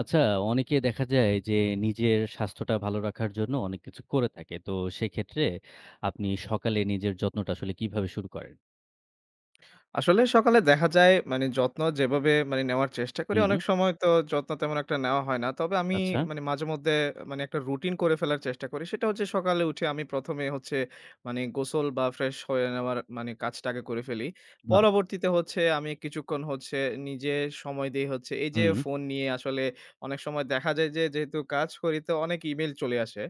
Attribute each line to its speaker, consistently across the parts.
Speaker 1: আচ্ছা, অনেকে দেখা যায় যে নিজের স্বাস্থ্যটা ভালো রাখার জন্য অনেক কিছু করে থাকে। তো সেক্ষেত্রে আপনি সকালে নিজের যত্নটা আসলে কিভাবে শুরু করেন?
Speaker 2: আসলে সকালে দেখা যায় মানে যত্ন যেভাবে মানে নেওয়ার চেষ্টা করি
Speaker 1: হুম,
Speaker 2: অনেক সময় তো যত্ন তেমন একটা নেওয়া হয় না। তবে আমি
Speaker 1: আচ্ছা।
Speaker 2: মানে মাঝে মধ্যে মানে একটা রুটিন করে ফেলার চেষ্টা করি। সেটা হচ্ছে সকালে উঠে আমি ১ম এ হচ্ছে মানে গোসল বা ফ্রেশ হয়ে নেওয়ার মানে কাজটা আগে করে ফেলি।
Speaker 1: বাহ!
Speaker 2: পরবর্তীতে হচ্ছে আমি কিছুক্ষণ হচ্ছে নিজে সময় দেই হচ্ছে এই যে
Speaker 1: হুম,
Speaker 2: ফোন নিয়ে আসলে অনেক সময় দেখা যায় যে যেহেতু কাজ করি তো অনেক ইমেইল চলে আসে।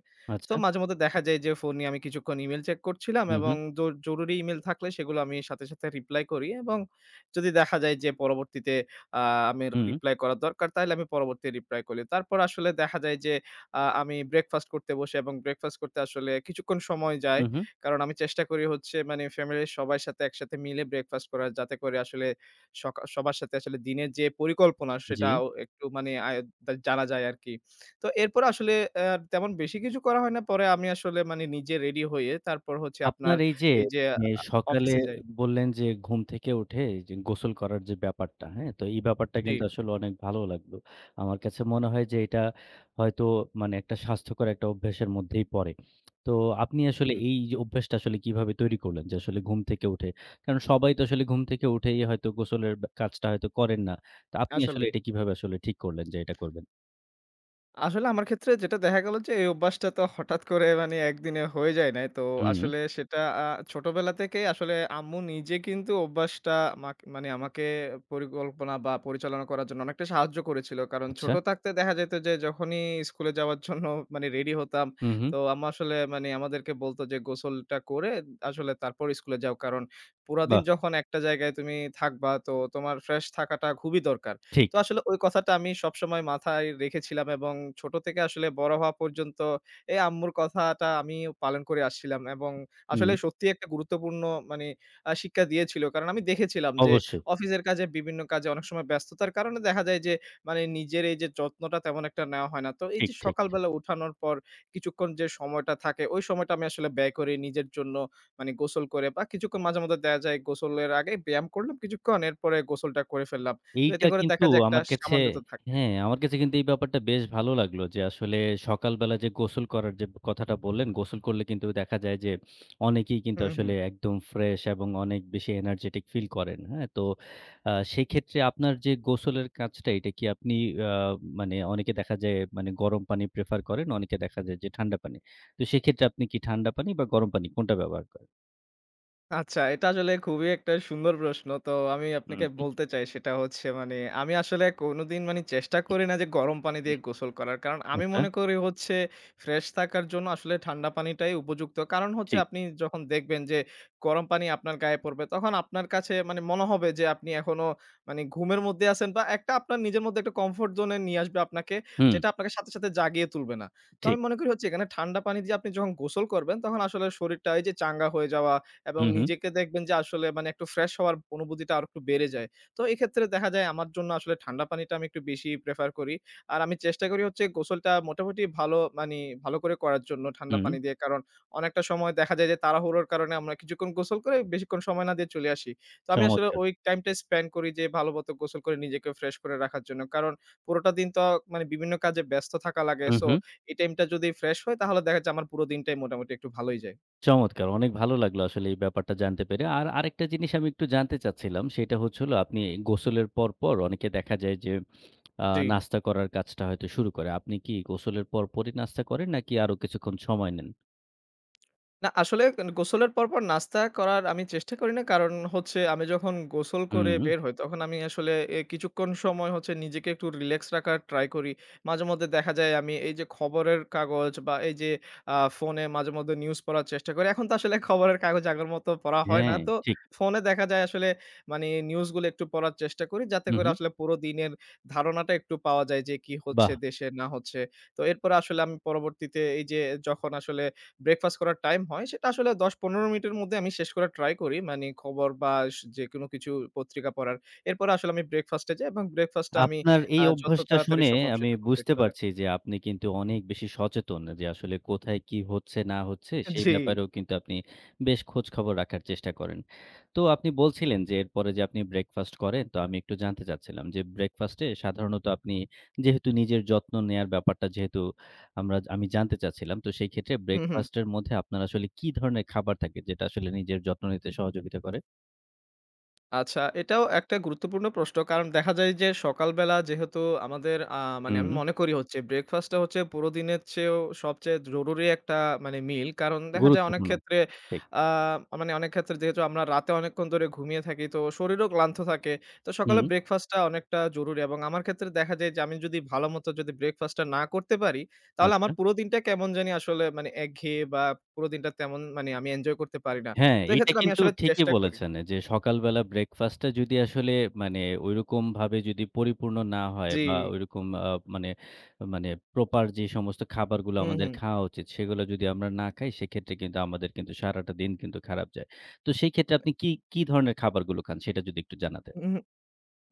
Speaker 2: তো
Speaker 1: আচ্ছা।
Speaker 2: মাঝেমধ্যে দেখা যায় যে ফোন নিয়ে আমি কিছুক্ষণ ইমেইল চেক করছিলাম,
Speaker 1: হুম,
Speaker 2: এবং
Speaker 1: হুম,
Speaker 2: জরুরি ইমেইল থাকলে সেগুলো আমি সাথে, সাথে রিপ্লাই করি, এবং যদি দেখা যায় যে পরবর্তীতে আ আমার
Speaker 1: হুম,
Speaker 2: রিপ্লাই করা দরকার তাহলে আমি পরবর্তী রিপ্লাই করি। তারপর আসলে দেখা যায় যে আমি ব্রেকফাস্ট করতে বসি, এবং ব্রেকফাস্ট করতে আসলে কিছুক্ষণ সময় যায়।
Speaker 1: হুম, হুম।
Speaker 2: কারণ আমি চেষ্টা করি হচ্ছে মানে ফ্যামিলির সবার সাথে একসাথে মিলে ব্রেকফাস্ট করার, যাতে করে আসলে সবার সাথে আসলে দিনের যে পরিকল্পনা
Speaker 1: জি।
Speaker 2: সেটাও একটু মানে জানা যায় আরকি। তো এরপর আসলে আ তেমন বেশি কিছু করা হয় না। পরে আমি আসলে মানে নিজে রেডি হয়ে তারপর হচ্ছে আপনার
Speaker 1: আপনার এই যে
Speaker 2: এই যে আ
Speaker 1: সকালে
Speaker 2: অফিসে যাই।
Speaker 1: বললেন যে ঘুম থেকে উঠে যে গোসল করার যে ব্যাপারটা, হ্যাঁ? তো এই ব্যাপারটা
Speaker 2: জি,
Speaker 1: কিন্তু আসলে অনেক ভালো লাগলো। আমার কাছে মনে হয় যে এটা হয়তো একটা স্বাস্থ্যকর একটা অভ্যাসের মধ্যেই পড়ে। তো আপনি আসলে
Speaker 2: হুম,
Speaker 1: এই যে অভ্যাসটা আসলে কিভাবে তৈরি করলেন? যে আসলে ঘুম থেকে উঠে। কারণ সবাই তো আসলে ঘুম থেকে উঠেই হয়তো গোসলের কাজটা হয়তো করেন না। তো আপনি আসলে
Speaker 2: আসলেই।
Speaker 1: এটা কিভাবে আসলে ঠিক করলেন যে এটা করবেন?
Speaker 2: আসলে আমার ক্ষেত্রে যেটা দেখা গেল যে, এই অভ্যাসটা তো হঠাৎ করে মানে একদিনে হয়ে যায় নাই। তো
Speaker 1: হুম,
Speaker 2: আসলে সেটা ছোটবেলা থেকেই আসলে আম্মু নিজে কিন্তু অভ্যাসটা আমাকে পরিকল্পনা বা পরিচালনা করার জন্য অনেকটা সাহায্য করেছিল। কারণ
Speaker 1: আচ্ছা।
Speaker 2: ছোট থাকতে দেখা যেত যে, যখনই স্কুলে যাওয়ার জন্য মানে রেডি হতাম,
Speaker 1: হুম, হুম।
Speaker 2: তো আম্মা আসলে মানে আমাদেরকে বলত যে, "গোসলটা করে আসলে তারপর স্কুলে যাও।" কারণ পুরাদিন
Speaker 1: বাহ!
Speaker 2: যখন একটা জায়গায় তুমি থাকবা, তো তোমার ফ্রেশ থাকাটা খুবই দরকার।
Speaker 1: ঠিক।
Speaker 2: তো আসলে ওই কথাটা আমি সবসময় মাথায় রেখেছিলাম, এবং ছোট থেকে আসলে বড় হওয়া পর্যন্ত এই আম্মুর কথাটা আমি পালন করে আসছিলাম, এবং
Speaker 1: হুম,
Speaker 2: আসলে সত্যি একটা গুরুত্বপূর্ণ মানে শিক্ষা দিয়েছিল। কারণ আমি দেখেছিলাম যে
Speaker 1: অবশ্যই।
Speaker 2: অফিসের কাজে বিভিন্ন কাজে অনেক সময় ব্যস্ততার কারণে দেখা যায় যে মানে নিজের এই যে যত্নটা তেমন একটা নেওয়া হয় না। তো এই
Speaker 1: ঠিক,
Speaker 2: যে
Speaker 1: ঠিক, ঠিক।
Speaker 2: সকালবেলা উঠানোর পর কিছুক্ষণ যে সময়টা থাকে ওই সময়টা আমি আসলে ব্যয় করি নিজের জন্য, মানে গোসল করে বা কিছুক্ষণ মাঝে মধ্যে দেখা যায় গোসলের আগে ব্যায়াম করলাম কিছুক্ষণ, এরপরে গোসলটা করে ফেললাম। তো
Speaker 1: এইটা
Speaker 2: এতে করে
Speaker 1: কিন্তু
Speaker 2: দেখা যায় একটা
Speaker 1: আমার কাছে
Speaker 2: সামঞ্জত্য থাকে।
Speaker 1: হ্যাঁ, আমার কাছে কিন্তু এই ব্যাপারটা বেশ ভালো লাগলো যে আসলে সকালবেলা যে গোসল করার যে কথাটা বললেন, গোসল করলে কিন্তু দেখা যায় যে অনেকেই কিন্তু
Speaker 2: হুম,
Speaker 1: আসলে
Speaker 2: হুম।
Speaker 1: একদম ফ্রেশ এবং অনেক বেশি এনার্জেটিক ফিল করেন। হ্যাঁ? তো সেক্ষেত্রে আপনার যে গোসলের কাজটা এটা কি আপনি আ মানে অনেকে দেখা যায় মানে গরম পানি প্রেফার করেন, অনেকে দেখা যায় যে ঠান্ডা পানি। তো সেক্ষেত্রে আপনি কি ঠান্ডা পানি বা গরম পানি কোনটা ব্যবহার করেন?
Speaker 2: আচ্ছা, এটা আসলে খুবই একটা সুন্দর প্রশ্ন। তো আমি
Speaker 1: হুম,
Speaker 2: আপনাকে
Speaker 1: হুম।
Speaker 2: বলতে চাই সেটা হচ্ছে, মানে আমি আসলে কোনোদিন মানে চেষ্টা করি না যে গরম পানি দিয়ে গোসল করার। কারণ আমি
Speaker 1: আচ্ছা
Speaker 2: মনে করি হচ্ছে ফ্রেশ থাকার জন্য আসলে ঠান্ডা পানিটাই উপযুক্ত। কারণ হচ্ছে
Speaker 1: ঠিক।
Speaker 2: আপনি যখন দেখবেন যে গরম পানি আপনার গায়ে পড়বে, তখন আপনার কাছে মানে মনে হবে যে আপনি এখনো মানে ঘুমের মধ্যে আছেন, বা একটা আপনার নিজের মধ্যে একটা কমফোর্ট জোন এ নিয়ে আসবে আপনাকে,
Speaker 1: হুম,
Speaker 2: যেটা আপনাকে সাথে, সাথে জাগিয়ে তুলবে না। তো
Speaker 1: ঠিক।
Speaker 2: আমি মনে করি হচ্ছে এখানে ঠান্ডা পানি দিয়ে আপনি যখন গোসল করবেন তখন আসলে শরীরটা এই যে চাঙ্গা হয়ে যাওয়া, এবং
Speaker 1: হুম, হুম,
Speaker 2: নিজেকে দেখবেন যে আসলে মানে একটু ফ্রেশ হওয়ার অনুভূতিটা আরেকটু বেড়ে যায়। তো এক্ষেত্রে দেখা যায় আমার জন্য আসলে ঠান্ডা পানিটা আমি একটু বেশি প্রেফার করি। আর আমি চেষ্টা করি হচ্ছে গোসলটা মোটামুটি ভালো মানি ভালো করে করার জন্য ঠান্ডা
Speaker 1: হুম।
Speaker 2: পানি দিয়ে। কারণ অনেকটা সময় দেখা যায় যে তাড়াহুড়োর কারণে আমরা কিছুক্ষণ গোসল করে বেশিক্ষণ সময় না দিয়ে চলে আসি। তো আমি আসলে
Speaker 1: চমৎকার।
Speaker 2: ওই টাইমটা স্পেন্ড করি যে ভালোমতো গোসল করে নিজেকে ফ্রেশ করে রাখার জন্য। কারণ পুরোটা দিন তো মানে বিভিন্ন কাজে ব্যস্ত থাকা লাগে।
Speaker 1: হুম,
Speaker 2: সো
Speaker 1: হুম।
Speaker 2: এই টাইমটা যদি ফ্রেশ হয় তাহলে দেখা যায় আমার পুরো দিনটাই মোটামুটি একটু ভালোই যায়।
Speaker 1: চমৎকার! অনেক ভালো লাগলো আসলে এই ব্যাপারটা জানতে পেরে। আর আরেকটা জিনিস আমি একটু জানতে চাচ্ছিলাম। সেটা হচ্ছে হলো আপনি গোসলের পরপর অনেকে দেখা যায় যে
Speaker 2: জি।
Speaker 1: নাস্তা করার কাজটা হয়তো শুরু করে। আপনি কি গোসলের পরপরই নাস্তা করেন নাকি আরো কিছুক্ষণ সময় নেন?
Speaker 2: না আসলে গোসলের পরপর নাস্তা করার আমি চেষ্টা করি না। কারণ হচ্ছে আমি যখন গোসল করে
Speaker 1: হুম,
Speaker 2: বের হই, তখন আমি আসলে কিছুক্ষণ সময় হচ্ছে নিজেকে একটু রিল্যাক্স রাখার ট্রাই করি। মাঝেমধ্যে দেখা যায় আমি এই যে খবরের কাগজ বা এই যে ফোনে মাঝেমধ্যে নিউজ পড়ার চেষ্টা করি। এখন তো আসলে খবরের কাগজ আগের মতো পড়া হয় না।
Speaker 1: হ্যাঁ,
Speaker 2: তো
Speaker 1: ঠিক।
Speaker 2: ফোনে দেখা যায় আসলে মানে নিউজগুলো একটু পড়ার চেষ্টা করি। যাতে
Speaker 1: হু, হু।
Speaker 2: করে আসলে পুরো দিনের ধারণাটা একটু পাওয়া যায় যে কি হচ্ছে
Speaker 1: বাহ!
Speaker 2: দেশে না হচ্ছে। তো এরপরে আসলে আমি পরবর্তীতে এই যে যখন আসলে ব্রেকফাস্ট করার টাইম হয় সেটা আসলে ১০-১৫ মিনিটের মধ্যে আমি শেষ করার ট্রাই করি। মানে খবর বা যেকোনো কিছু পত্রিকা পড়ার। এরপরে আসলে আমি ব্রেকফাস্টে যাই, এবং ব্রেকফাস্টটা আমি
Speaker 1: আপনার এই
Speaker 2: যত
Speaker 1: অভ্যাসটা
Speaker 2: তাড়াতাড়ি
Speaker 1: শুনে
Speaker 2: সম্ভব
Speaker 1: আমি
Speaker 2: সেটা কমপ্লিট
Speaker 1: বুঝতে
Speaker 2: করার।
Speaker 1: পারছি যে আপনি কিন্তু অনেক বেশি সচেতন যে আসলে কোথায় কি হচ্ছে না হচ্ছে সেই
Speaker 2: জি।
Speaker 1: ব্যাপারেও কিন্তু আপনি বেশ খোঁজ খবর রাখার চেষ্টা করেন। তো আপনি বলছিলেন যে এরপরে যে আপনি ব্রেকফাস্ট করেন তো আমি একটু জানতে চাচ্ছিলাম যে ব্রেকফাস্টে সাধারণত আপনি যেহেতু নিজের যত্ন নেয়ার ব্যাপারটা যেহেতু আমি জানতে চাচ্ছিলাম তো সেই ক্ষেত্রে
Speaker 2: হু, হু।
Speaker 1: ব্রেকফাস্টের মধ্যে আপনার আসলে কি ধরনের খাবার থাকে যেটা আসলে নিজের যত্ন নিতে সহযোগিতা করে?
Speaker 2: আচ্ছা, এটাও একটা গুরুত্বপূর্ণ প্রশ্ন। কারণ দেখা যায় যে সকালবেলা যেহেতু আমাদের মানে
Speaker 1: হুম,
Speaker 2: আমি মনে করি হচ্ছে ব্রেকফাস্টটা হচ্ছে পুরো দিনের চেয়েও সবচেয়ে জরুরি একটা মানে মিল। কারণ দেখা যায় অনেক
Speaker 1: গুরুত্বপূর্ণ।
Speaker 2: ক্ষেত্রে
Speaker 1: ঠিক।
Speaker 2: আ মানে অনেক ক্ষেত্রে যেহেতু আমরা রাতে অনেকক্ষণ ধরে ঘুমিয়ে থাকি তো শরীরও ক্লান্ত থাকে। তো সকালে
Speaker 1: হুম,
Speaker 2: ব্রেকফাস্টটা অনেকটা জরুরি, এবং আমার ক্ষেত্রে দেখা যায় যে আমি যদি ভালোমতো যদি ব্রেকফাস্টটা না করতে পারি, তাহলে
Speaker 1: আচ্ছা।
Speaker 2: আমার পুরো দিনটা কেমন জানি আসলে মানে একঘেয়ে, বা পুরো দিনটা তেমন মানে আমি এনজয় করতে পারি না।
Speaker 1: হ্যাঁ,
Speaker 2: তো
Speaker 1: এইটা
Speaker 2: এক্ষেত্রে আমি
Speaker 1: কিন্তু
Speaker 2: আসলে
Speaker 1: ঠিকই
Speaker 2: চেষ্টা করি।
Speaker 1: বলেছেন যে সকালবেলা ব্রেকফাস্টটা যদি আসলে মানে ঐরকমভাবে যদি পরিপূর্ণ না হয়
Speaker 2: জি।
Speaker 1: বা ঐরকম মানে প্রপার যে সমস্ত খাবারগুলো
Speaker 2: হুম,
Speaker 1: আমাদের
Speaker 2: হুম।
Speaker 1: খাওয়া উচিত সেগুলো যদি আমরা না খাই সেক্ষেত্রে কিন্তু আমাদের কিন্তু সারাটা দিন কিন্তু খারাপ যায়। তো সেই ক্ষেত্রে আপনি কি, কি ধরনের খাবারগুলো খান সেটা যদি একটু জানাতেন?
Speaker 2: উহু,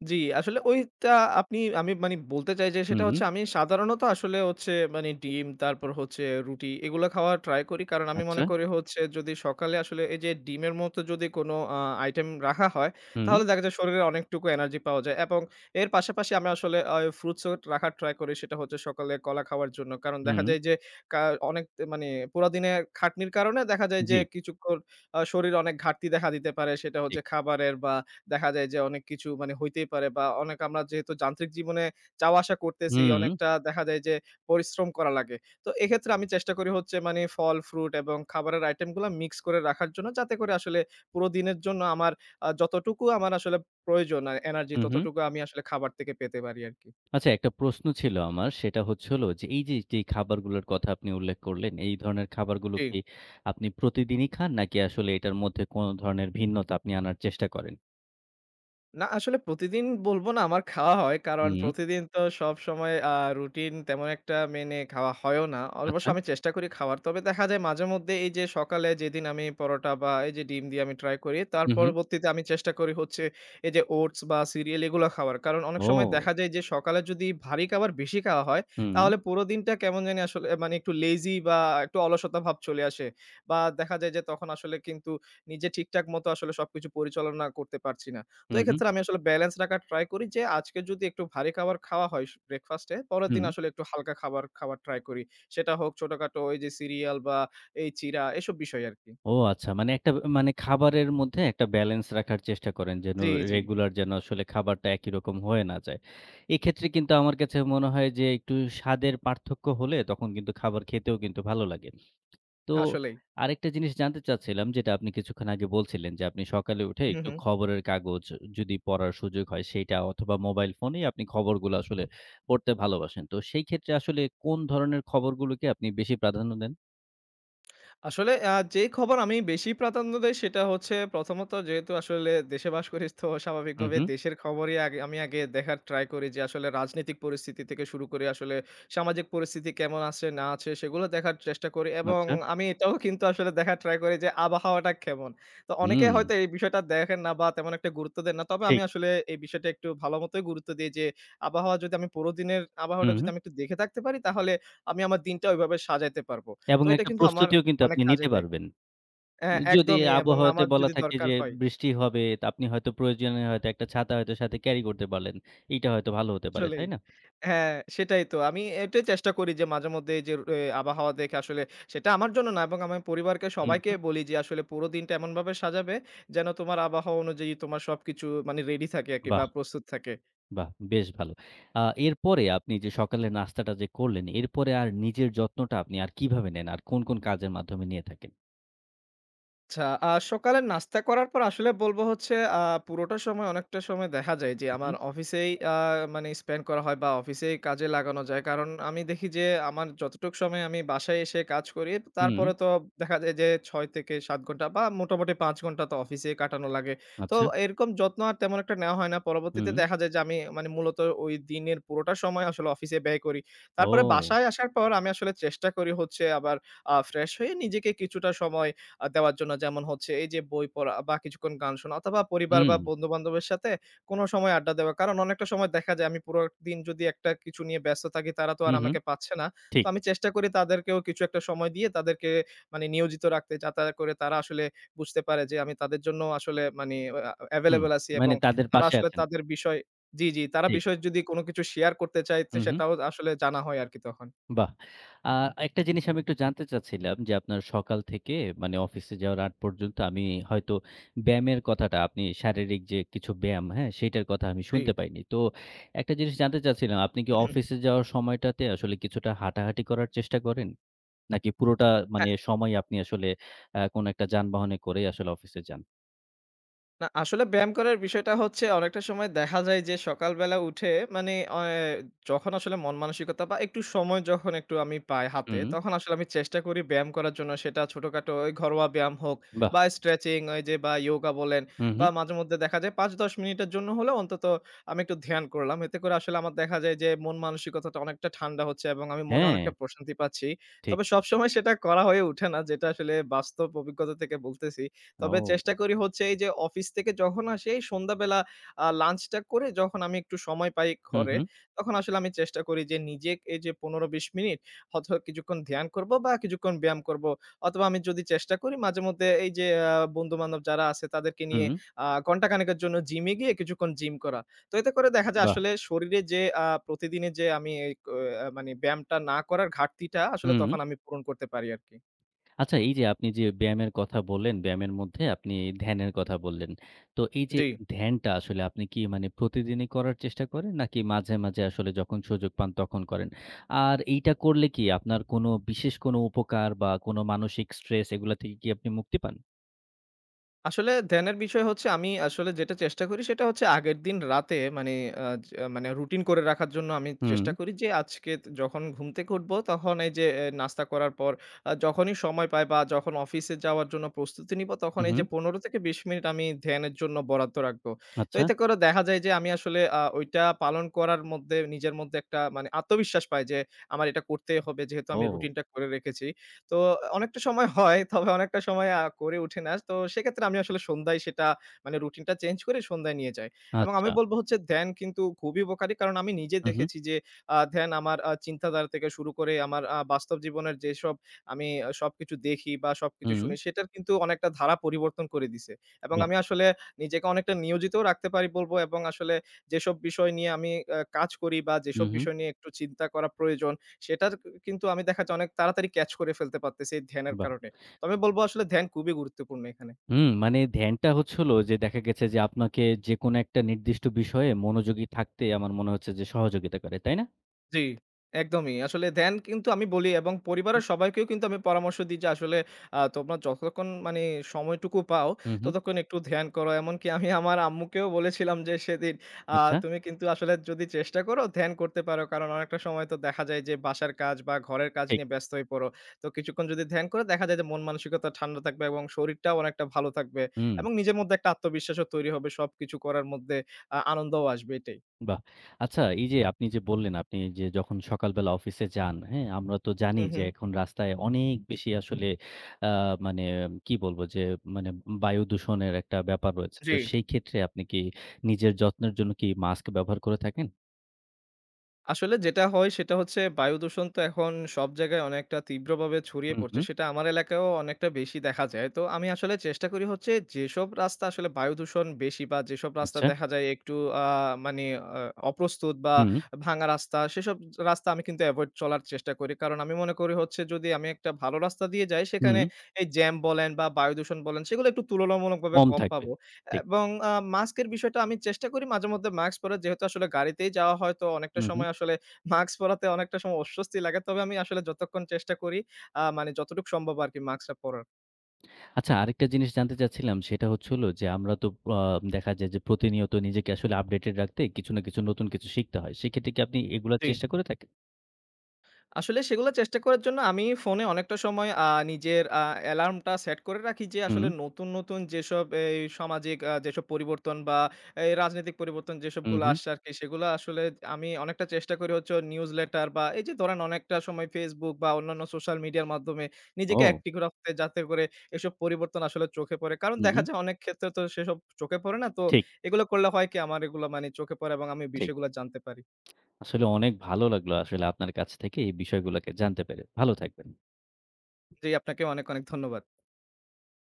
Speaker 2: জি, আসলে ওইটা আমি মানি বলতে চাই যে
Speaker 1: হুম,
Speaker 2: সেটা
Speaker 1: হুম।
Speaker 2: হচ্ছে আমি সাধারণত আসলে হচ্ছে মানে ডিম, তারপর হচ্ছে রুটি এগুলো খাওয়া ট্রাই করি। কারণ আমি
Speaker 1: আচ্ছা।
Speaker 2: মনে করি হচ্ছে যদি সকালে আসলে এই যে ডিমের মতো যদি কোনো আইটেম রাখা হয়,
Speaker 1: হুম,
Speaker 2: তাহলে দেখা যায় শরীরে অনেকটুকু এনার্জি পাওয়া যায়, এবং এর পাশাপাশি আমি আসলে ফ্রুটস ও রাখার ট্রাই করি। সেটা হচ্ছে সকালে কলা খাওয়ার জন্য। কারণ দেখা
Speaker 1: হুম।
Speaker 2: যায় যে কা অনেক মানে পুরা দিনে খাটনির কারণে দেখা যায়
Speaker 1: জি,
Speaker 2: যে কিছুক্ষণ শরীরে অনেক ঘাটতি দেখা দিতে পারে। সেটা
Speaker 1: ঠিক।
Speaker 2: হচ্ছে খাবারের, বা দেখা যায় যে অনেক কিছু মানে হইতেই পারে, বা অনেক আমরা যেহেতু যান্ত্রিক জীবনে চাওয়া আসা করতেছি,
Speaker 1: হুম,
Speaker 2: অনেকটা দেখা যায় যে পরিশ্রম করা লাগে। তো এক্ষেত্রে আমি চেষ্টা করি হচ্ছে মানে ফল, ফ্রুট এবং খাবারের আইটেমগুলা মিক্স করে রাখার জন্য, যাতে করে আসলে পুরো দিনের জন্য আমার যতটুকু আমার আসলে প্রয়োজন আর এনার্জি
Speaker 1: হু, হু।
Speaker 2: ততটুকু আমি আসলে খাবার থেকে পেতে পারি আরকি।
Speaker 1: আচ্ছা একটা প্রশ্ন ছিল আমার সেটা হচ্ছে হলো যে এই যে, যে খাবারগুলোর কথা আপনি উল্লেখ করলেন, এই ধরনের খাবারগুলো
Speaker 2: জি।
Speaker 1: কি আপনি প্রতিদিনই খান নাকি আসলে এটার মধ্যে কোন ধরনের ভিন্নতা আপনি আনার চেষ্টা করেন?
Speaker 2: না আসলে প্রতিদিন বলব না আমার খাওয়া হয়। কারণ
Speaker 1: হুম,
Speaker 2: প্রতিদিন তো সবসময় রুটিন তেমন একটা মেনে খাওয়া হয়ও না।
Speaker 1: আচ্ছা।
Speaker 2: অবশ্য আমি চেষ্টা করি খাওয়ার। তবে দেখা যায় মাঝেমধ্যে এই যে সকালে যেদিন আমি পরোটা বা এই যে ডিম দিয়ে আমি ট্রাই করি, তার
Speaker 1: হু, হু।
Speaker 2: পরবর্তীতে আমি চেষ্টা করি হচ্ছে এই যে ওটস বা সিরিয়াল এগুলো খাওয়ার। কারণ অনেক সময়
Speaker 1: ও!
Speaker 2: দেখা যায় যে সকালে যদি ভারী খাবার বেশি খাওয়া হয়,
Speaker 1: হুম,
Speaker 2: তাহলে পুরো দিনটা কেমন জানি আসলে মানে একটু লেজি, বা একটু অলসতা ভাব চলে আসে। বা দেখা যায় যে তখন আসলে কিন্তু নিজে ঠিকঠাক মতো আসলে সবকিছু পরিচালনা করতে পারছি না। তো
Speaker 1: হু, হু,
Speaker 2: এক্ষেত্রে আমি আসলে ব্যালেন্স রাখার ট্রাই করি যে, আজকে যদি একটু ভারী খাবার খাওয়া হয় ব্রেকফাস্টে, পরের দিন
Speaker 1: হুম।
Speaker 2: আসলে একটু হালকা খাবার খাওয়ার ট্রাই করি। সেটা হোক ছোটখাটো ওই যে সিরিয়াল বা এই চিড়া এসব বিষয় আরকি।
Speaker 1: ও আচ্ছা মানে খাবারের মধ্যে একটা ব্যালেন্স রাখার চেষ্টা করেন যেন
Speaker 2: জি, জি।
Speaker 1: রেগুলার যেন আসলে খাবারটা একই রকম হয়ে না যায়। এক্ষেত্রে কিন্তু আমার কাছে মনে হয় যে একটু স্বাদের পার্থক্য হলে তখন কিন্তু খাবার খেতেও কিন্তু ভালো লাগে। তো
Speaker 2: আসলেই।
Speaker 1: আরেকটা জিনিস জানতে চাচ্ছিলাম যেটা আপনি কিছুক্ষণ আগে বলছিলেন যে আপনি সকালে উঠে
Speaker 2: হু,
Speaker 1: একটু
Speaker 2: হু।
Speaker 1: খবরের কাগজ যদি পড়ার সুযোগ হয় সেইটা অথবা মোবাইল ফোনে আপনি খবরগুলো আসলে পড়তে ভালোবাসেন। তো সেই ক্ষেত্রে আসলে কোন ধরনের খবরগুলোকে আপনি বেশি প্রাধান্য দেন?
Speaker 2: আসলে যেই খবর আমি বেশি প্রাধান্য দেই সেটা হচ্ছে প্রথমত যেহেতু আসলে দেশে বাস করি তো
Speaker 1: হু,
Speaker 2: স্বাভাবিকভাবে
Speaker 1: হু।
Speaker 2: দেশের খবরই আগে আমি আগে দেখার ট্রাই করি যে আসলে রাজনৈতিক পরিস্থিতি থেকে শুরু করে আসলে সামাজিক পরিস্থিতি কেমন আছে না আছে সেগুলো দেখার চেষ্টা করি, এবং
Speaker 1: আচ্ছা।
Speaker 2: আমি এটাও কিন্তু আসলে দেখার ট্রাই করি যে আবহাওয়াটা কেমন। তো অনেকে
Speaker 1: হুম,
Speaker 2: হয়তো এই বিষয়টা দেখেন না বা তেমন একটা গুরুত্ব দেন না। তবে
Speaker 1: ঠিক।
Speaker 2: আমি আসলে এই বিষয়টা একটু ভালো মতোই গুরুত্ব দিই যে আবহাওয়া যদি আমি পুরো দিনের আবহাওয়াটা
Speaker 1: হুম, হুম।
Speaker 2: যদি আমি একটু দেখে থাকতে পারি তাহলে আমি আমার দিনটা ওইভাবে সাজাইতে পারব।
Speaker 1: এবং
Speaker 2: তো এটা
Speaker 1: একটা
Speaker 2: কিন্তু আমার
Speaker 1: প্রস্তুতিও কিন্তু
Speaker 2: অনেক
Speaker 1: আপনি
Speaker 2: কাজে
Speaker 1: নিতে
Speaker 2: দেয়।
Speaker 1: পারবেন।
Speaker 2: হ্যাঁ,
Speaker 1: যদি
Speaker 2: একদমই, এবং
Speaker 1: আবহাওয়াতে
Speaker 2: আমার
Speaker 1: বলা
Speaker 2: যদি
Speaker 1: থাকে
Speaker 2: দরকার
Speaker 1: যে
Speaker 2: হয়
Speaker 1: বৃষ্টি হবে, তা আপনি হয়তো প্রয়োজনে হয়তো একটা ছাতা হয়তো সাথে ক্যারি করতে পারলেন। এইটা হয়তো ভালো হতে পারে,
Speaker 2: আসলেই।
Speaker 1: তাই না?
Speaker 2: হ্যাঁ, সেটাই তো। আমি এটাই চেষ্টা করি যে মাঝেমধ্যে এই যে আবহাওয়া দেখে আসলে সেটা আমার জন্য না, এবং আমার পরিবারকে
Speaker 1: হুম,
Speaker 2: সবাইকে
Speaker 1: হুম।
Speaker 2: বলি যে আসলে পুরো দিনটা এমনভাবে সাজাবে যেন তোমার আবহাওয়া অনুযায়ী তোমার সবকিছু মানে রেডি থাকে আরকি
Speaker 1: বাহ!
Speaker 2: বা প্রস্তুত থাকে।
Speaker 1: বাহ! বেশ ভালো। আ এরপরে আপনি যে সকালের নাস্তাটা যে করলেন, এরপরে আর নিজের যত্নটা আপনি আর কিভাবে নেন? আর কোন, কোন কাজের মাধ্যমে নিয়ে থাকেন?
Speaker 2: আচ্ছা, সকালের নাস্তা করার পর আসলে বলব হচ্ছে পুরোটা সময় অনেকটা সময় দেখা যায় যে
Speaker 1: হু,
Speaker 2: আমার অফিসেই মানে স্পেন্ড করা হয় বা অফিসেই কাজে লাগানো যায়। কারণ আমি দেখি যে আমার যতটুক সময় আমি বাসায় এসে কাজ করি,
Speaker 1: হুম,
Speaker 2: তারপরে তো দেখা যায় যে ৬ থেকে ৭ ঘন্টা বা মোটামুটি ৫ ঘন্টা তো অফিসেই কাটানো লাগে। তো
Speaker 1: আচ্ছা,
Speaker 2: এরকম যত্ন আর তেমন একটা নেওয়া হয় না। পরবর্তীতে
Speaker 1: হুম,
Speaker 2: দেখা যায় যে আমি মানে মূলত ওই দিনের পুরোটা সময় আসলে অফিসে ব্যয় করি। তারপরে
Speaker 1: ও!
Speaker 2: বাসায় আসার পর আমি আসলে চেষ্টা করি হচ্ছে আবার ফ্রেশ হয়ে নিজেকে কিছুটা সময় দেওয়ার জন্য, যেমন হচ্ছে এই যে বই পড়া বা কিছুক্ষণ গান শোনা অথবা পরিবার
Speaker 1: হুম,
Speaker 2: বা বন্ধু-বান্ধবের সাথে কোনো সময় আড্ডা দেওয়া। কারণ অনেকটা সময় দেখা যায় আমি পুরো দিন যদি একটা কিছু নিয়ে ব্যস্ত থাকি তারা তো
Speaker 1: হু,
Speaker 2: আর
Speaker 1: হুম,
Speaker 2: আমাকে পাচ্ছে না।
Speaker 1: ঠিক,
Speaker 2: তো আমি চেষ্টা করি তাদেরকেও কিছু একটা সময় দিয়ে তাদেরকে মানে নিয়োজিত রাখতে, যাতে করে তারা আসলে বুঝতে পারে যে আমি তাদের জন্য আসলে মানে আ
Speaker 1: হুম।
Speaker 2: available আছি,
Speaker 1: মানে
Speaker 2: এবং
Speaker 1: তাদের
Speaker 2: তারা
Speaker 1: পাশে
Speaker 2: আসলে
Speaker 1: আছেন।
Speaker 2: তাদের বিষয় জি, জি, তারা
Speaker 1: ঠিক,
Speaker 2: বিষয়ে যদি কোনো কিছু শেয়ার করতে চায় তো
Speaker 1: হু, হু।
Speaker 2: সেটাও আসলে জানা হয় আরকি তখন।
Speaker 1: বাহ! আ একটা জিনিস আমি একটু জানতে চাচ্ছিলাম যে, আপনার সকাল থেকে অফিসে যাওয়ার আগ পর্যন্ত আমি হয়তো ব্যায়ামের কথাটা আপনি শারীরিক যে কিছু ব্যায়াম, হ্যাঁ? সেটার কথা আমি
Speaker 2: জি।
Speaker 1: শুনতে পাইনি। তো একটা জিনিস জানতে চাচ্ছিলাম, আপনি কি অফিসে যাওয়ার সময়টাতে আসলে কিছুটা হাঁটাহাঁটি করার চেষ্টা করেন? নাকি পুরোটা সময় আপনি আসলে কোনো একটা যানবাহনে করেই আসলে অফিসে যান?
Speaker 2: না আসলে ব্যায়াম করার বিষয়টা হচ্ছে অনেকটা সময় দেখা যায় যে সকালবেলা উঠে মানে অ যখন আসলে মন মানসিকতা বা একটু সময় যখন একটু আমি পাই হাতে,
Speaker 1: হুম,
Speaker 2: তখন আসলে আমি চেষ্টা করি ব্যায়াম করার জন্য। সেটা ছোটখাটো ওই ঘরোয়া ব্যায়াম হোক
Speaker 1: বাহ!
Speaker 2: বা স্ট্রেচিং ওই যে বা ইয়োগা বলেন,
Speaker 1: হু, হু।
Speaker 2: বা মাঝেমধ্যে দেখা যায় ৫-১০ মিনিটের জন্য হলেও অন্তত আমি একটু ধ্যান করলাম। এতে করে আসলে আমার দেখা যায় যে মন মানসিকতাটা অনেকটা ঠান্ডা হচ্ছে এবং আমি মনে
Speaker 1: হ্যাঁ,
Speaker 2: অনেকটা প্রশান্তি পাচ্ছি।
Speaker 1: ঠিক।
Speaker 2: তবে সবসময় সেটা করা হয়ে ওঠে না, যেটা আসলে বাস্তব অভিজ্ঞতা থেকে বলতেছি। তবে
Speaker 1: ও!
Speaker 2: চেষ্টা করি হচ্ছে এই যে অফিস থেকে যখন আসি এই সন্ধ্যাবেলা, লাঞ্চটা করে যখন আমি একটু সময় পাই
Speaker 1: হু,
Speaker 2: ঘরে,
Speaker 1: হু,
Speaker 2: তখন আসলে আমি চেষ্টা করি যে নিজে এই যে ১৫-২০ মিনিট হয়তো কিছুক্ষণ ধ্যান করব বা কিছুক্ষণ ব্যায়াম করব। অথবা আমি যদি চেষ্টা করি মাঝেমধ্যে এই যে বন্ধু-বান্ধব যারা আছে তাদেরকে
Speaker 1: হু,
Speaker 2: নিয়ে ঘন্টাখানেকের জন্য জিমে গিয়ে কিছুক্ষণ জিম করা। তো এতে করে দেখা যায়
Speaker 1: বাহ!
Speaker 2: আসলে শরীরে যে প্রতিদিনের যে আমি এই ক মানে ব্যায়ামটা না করার ঘাটতিটা আসলে
Speaker 1: হুম।
Speaker 2: তখন আমি পূরণ করতে পারি আরকি।
Speaker 1: আচ্ছা এই যে আপনি যে ব্যায়ামের কথা বললেন, ব্যায়ামের মধ্যে আপনি ধ্যানের কথা বললেন। তো এই যে
Speaker 2: জি।
Speaker 1: ধ্যানটা আসলে আপনি কি মানে প্রতিদিনই করার চেষ্টা করেন? নাকি মাঝে, মাঝে আসলে যখন সুযোগ পান তখন করেন? আর এইটা করলে কি আপনার কোনো বিশেষ কোনো উপকার বা কোনো মানসিক স্ট্রেস এগুলা থেকে কি আপনি মুক্তি পান?
Speaker 2: আসলে ধ্যানের বিষয় হচ্ছে আমি আসলে যেটা চেষ্টা করি সেটা হচ্ছে আগের দিন রাতে মানে আ য মানে রুটিন করে রাখার জন্য আমি
Speaker 1: হুম,
Speaker 2: চেষ্টা করি যে আজকে যখন ঘুম থেকে উঠবো তখন এই যে নাস্তা করার পর, যখনই সময় পাই বা যখন অফিসে যাওয়ার জন্য প্রস্তুতি নিব তখন
Speaker 1: হু,
Speaker 2: এই
Speaker 1: হুম,
Speaker 2: যে ১৫ থেকে ২০ মিনিট আমি ধ্যানের জন্য বরাদ্দ রাখবো। তো
Speaker 1: আচ্ছা।
Speaker 2: এতে করে দেখা যায় যে আমি আসলে ওইটা পালন করার মধ্যে নিজের মধ্যে একটা মানে আত্মবিশ্বাস পাই যে আমার এটা করতেই হবে, যেহেতু আমি
Speaker 1: ও
Speaker 2: রুটিনটা করে রেখেছি। তো অনেকটা সময় হয়, তবে অনেকটা সময় করে উঠি না। তো সেক্ষেত্রে আমি আসলে সন্ধ্যায় সেটা মানে রুটিনটা চেঞ্জ করে সন্ধ্যায় নিয়ে যাই। এবং
Speaker 1: আচ্ছা।
Speaker 2: আমি বলব হচ্ছে ধ্যান কিন্তু খুবই উপকারী। কারণ আমি নিজে
Speaker 1: হু, হু,
Speaker 2: দেখেছি যে ধ্যান আমার চিন্তাধারা থেকে শুরু করে আমার বাস্তব জীবনের যেসব আমি সবকিছু দেখি বা সবকিছু
Speaker 1: হুম,
Speaker 2: শুনি সেটার কিন্তু অনেকটা ধারা পরিবর্তন করে দিছে। এবং
Speaker 1: বাহ!
Speaker 2: আমি আসলে নিজেকে অনেকটা নিয়োজিতও রাখতে পারি বলব, এবং আসলে যেসব বিষয় নিয়ে আমি কাজ করি বা
Speaker 1: হু,
Speaker 2: যেসব
Speaker 1: হু,
Speaker 2: বিষয় নিয়ে একটু চিন্তা করা প্রয়োজন সেটার কিন্তু আমি দেখা যায় অনেক তাড়াতাড়ি ক্যাচ করে ফেলতে পারতেছি এই ধ্যানের
Speaker 1: বাহ!
Speaker 2: কারণে। তো আমি বলব আসলে ধ্যান খুবই গুরুত্বপূর্ণ এখানে।
Speaker 1: হুম, মানে ধ্যানটা হচ্ছে হলো যে দেখা গেছে যে আপনাকে যেকোনো একটা নির্দিষ্ট বিষয়ে মনোযোগী থাকতে আমার মনে হচ্ছে যে সহযোগিতা করে, তাই না?
Speaker 2: জি, একদমই। আসলে ধ্যান কিন্তু আমি বলি এবং পরিবারের সবাইকেও কিন্তু আমি পরামর্শ দিই যে আসলে তোমরা যতক্ষণ মানে সময়টুকু পাও
Speaker 1: হুম, হুম।
Speaker 2: ততক্ষণ একটু ধ্যান করো। এমনকি আমি আমার আম্মুকেও বলেছিলাম যে সেদিন আ
Speaker 1: আচ্ছা,
Speaker 2: তুমি কিন্তু আসলে যদি চেষ্টা করো ধ্যান করতে পারো। কারণ অনেকটা সময় তো দেখা যায় যে বাসার কাজ বা ঘরের কাজ
Speaker 1: ঠিক।
Speaker 2: নিয়ে ব্যস্ত হয়ে পড়ো। তো কিছুক্ষণ যদি ধ্যান করো দেখা যায় যে মন মানসিকতা ঠান্ডা থাকবে এবং শরীরটাও অনেকটা ভালো থাকবে
Speaker 1: হুম,
Speaker 2: এবং নিজের মধ্যে একটা আত্মবিশ্বাসও তৈরি হবে, সবকিছু করার মধ্যে আনন্দও আসবে এটাই।
Speaker 1: বাহ! আচ্ছা এই যে আপনি যে বললেন, আপনি যে যখন সকালবেলা অফিসে যান, হ্যাঁ? আমরা তো জানি
Speaker 2: হু,
Speaker 1: যে
Speaker 2: হু।
Speaker 1: এখন রাস্তায় অনেক বেশি আসলে আ মানে কি বলবো যে মানে বায়ু দূষণের একটা ব্যাপার রয়েছে।
Speaker 2: জি।
Speaker 1: তো সেই ক্ষেত্রে আপনি কি নিজের যত্নের জন্য কি মাস্ক ব্যবহার করে থাকেন?
Speaker 2: আসলে যেটা হয় সেটা হচ্ছে বায়ু দূষণ তো এখন সব জায়গায় অনেকটা তীব্রভাবে ছড়িয়ে
Speaker 1: হুম,
Speaker 2: পড়ছে।
Speaker 1: হুম।
Speaker 2: সেটা আমার এলাকায়ও অনেকটা বেশি দেখা যায়। তো আমি আসলে চেষ্টা করি হচ্ছে যেসব রাস্তা আসলে বায়ু দূষণ বেশি বা যেসব রাস্তা
Speaker 1: আচ্ছা।
Speaker 2: দেখা যায় একটু আ মানে আ অপ্রস্তুত বা
Speaker 1: হুম,
Speaker 2: ভাঙা রাস্তা, সেসব রাস্তা আমি কিন্তু এভয়েড চলার চেষ্টা করি। কারণ আমি মনে করি হচ্ছে যদি আমি একটা ভালো রাস্তা দিয়ে যাই
Speaker 1: হুম।
Speaker 2: সেখানে এই জ্যাম বলেন বা বায়ু দূষণ বলেন সেগুলো একটু তুলনামূলকভাবে
Speaker 1: কম
Speaker 2: কম
Speaker 1: থাকবে।
Speaker 2: পাবো।
Speaker 1: ঠিক।
Speaker 2: এবং মাস্কের বিষয়টা আমি চেষ্টা করি মাঝেমধ্যে মাস্ক পরার। যেহেতু আসলে গাড়িতেই যাওয়া হয় তো অনেকটা
Speaker 1: হুম, হুম।
Speaker 2: সময় আসলে মাস্ক পরাতে অনেকটা সময় অস্বস্তি লাগে। তবে আমি আসলে যতক্ষণ চেষ্টা করি মানে যতটুকু সম্ভব আরকি মাস্কটা পরার।
Speaker 1: আচ্ছা আরেকটা জিনিস জানতে চাচ্ছিলাম সেটা হচ্ছে হলো যে আমরা তো আ দেখা যায় যে প্রতিনিয়ত নিজেকে আসলে আপডেটেড রাখতে কিছু না কিছু নতুন কিছু শিখতে হয়। সেক্ষেত্রে কি আপনি এগুলার
Speaker 2: জি।
Speaker 1: চেষ্টা করে থাকেন?
Speaker 2: আসলে সেগুলো চেষ্টা করার জন্য আমি ফোনে অনেকটা সময় নিজের অ্যালার্মটা সেট করে রাখি যে
Speaker 1: হুম,
Speaker 2: আসলে নতুন, নতুন যেসব এই সামাজিক যেসব পরিবর্তন বা এই রাজনৈতিক পরিবর্তন
Speaker 1: হুম,
Speaker 2: যেসবগুলো
Speaker 1: হুম।
Speaker 2: আসছে আরকি, সেগুলো আসলে আমি অনেকটা চেষ্টা করি হচ্ছে নিউজ লেটার বা এই যে ধরেন অনেকটা সময় Facebook বা অন্যান্য সোশ্যাল মিডিয়ার মাধ্যমে নিজেকে
Speaker 1: ও!
Speaker 2: অ্যাক্টিভ রাখতে, যাতে করে এসব পরিবর্তন আসলে চোখে পড়ে। কারণ
Speaker 1: হুম,
Speaker 2: দেখা
Speaker 1: হুম।
Speaker 2: যায় অনেক ক্ষেত্রে তো সেসব চোখে পড়ে না। তো
Speaker 1: ঠিক,
Speaker 2: এগুলো করলে হয় কি আমার এগুলো মানে চোখে পড়ে এবং আমি
Speaker 1: ঠিক।
Speaker 2: বিষয়গুলো জানতে পারি।
Speaker 1: আসলে অনেক ভালো লাগলো আসলে আপনার কাছ থেকে এই বিষয়গুলোকে জানতে পেরে। ভালো থাকবেন।
Speaker 2: জি, আপনাকে অনেক, অনেক ধন্যবাদ।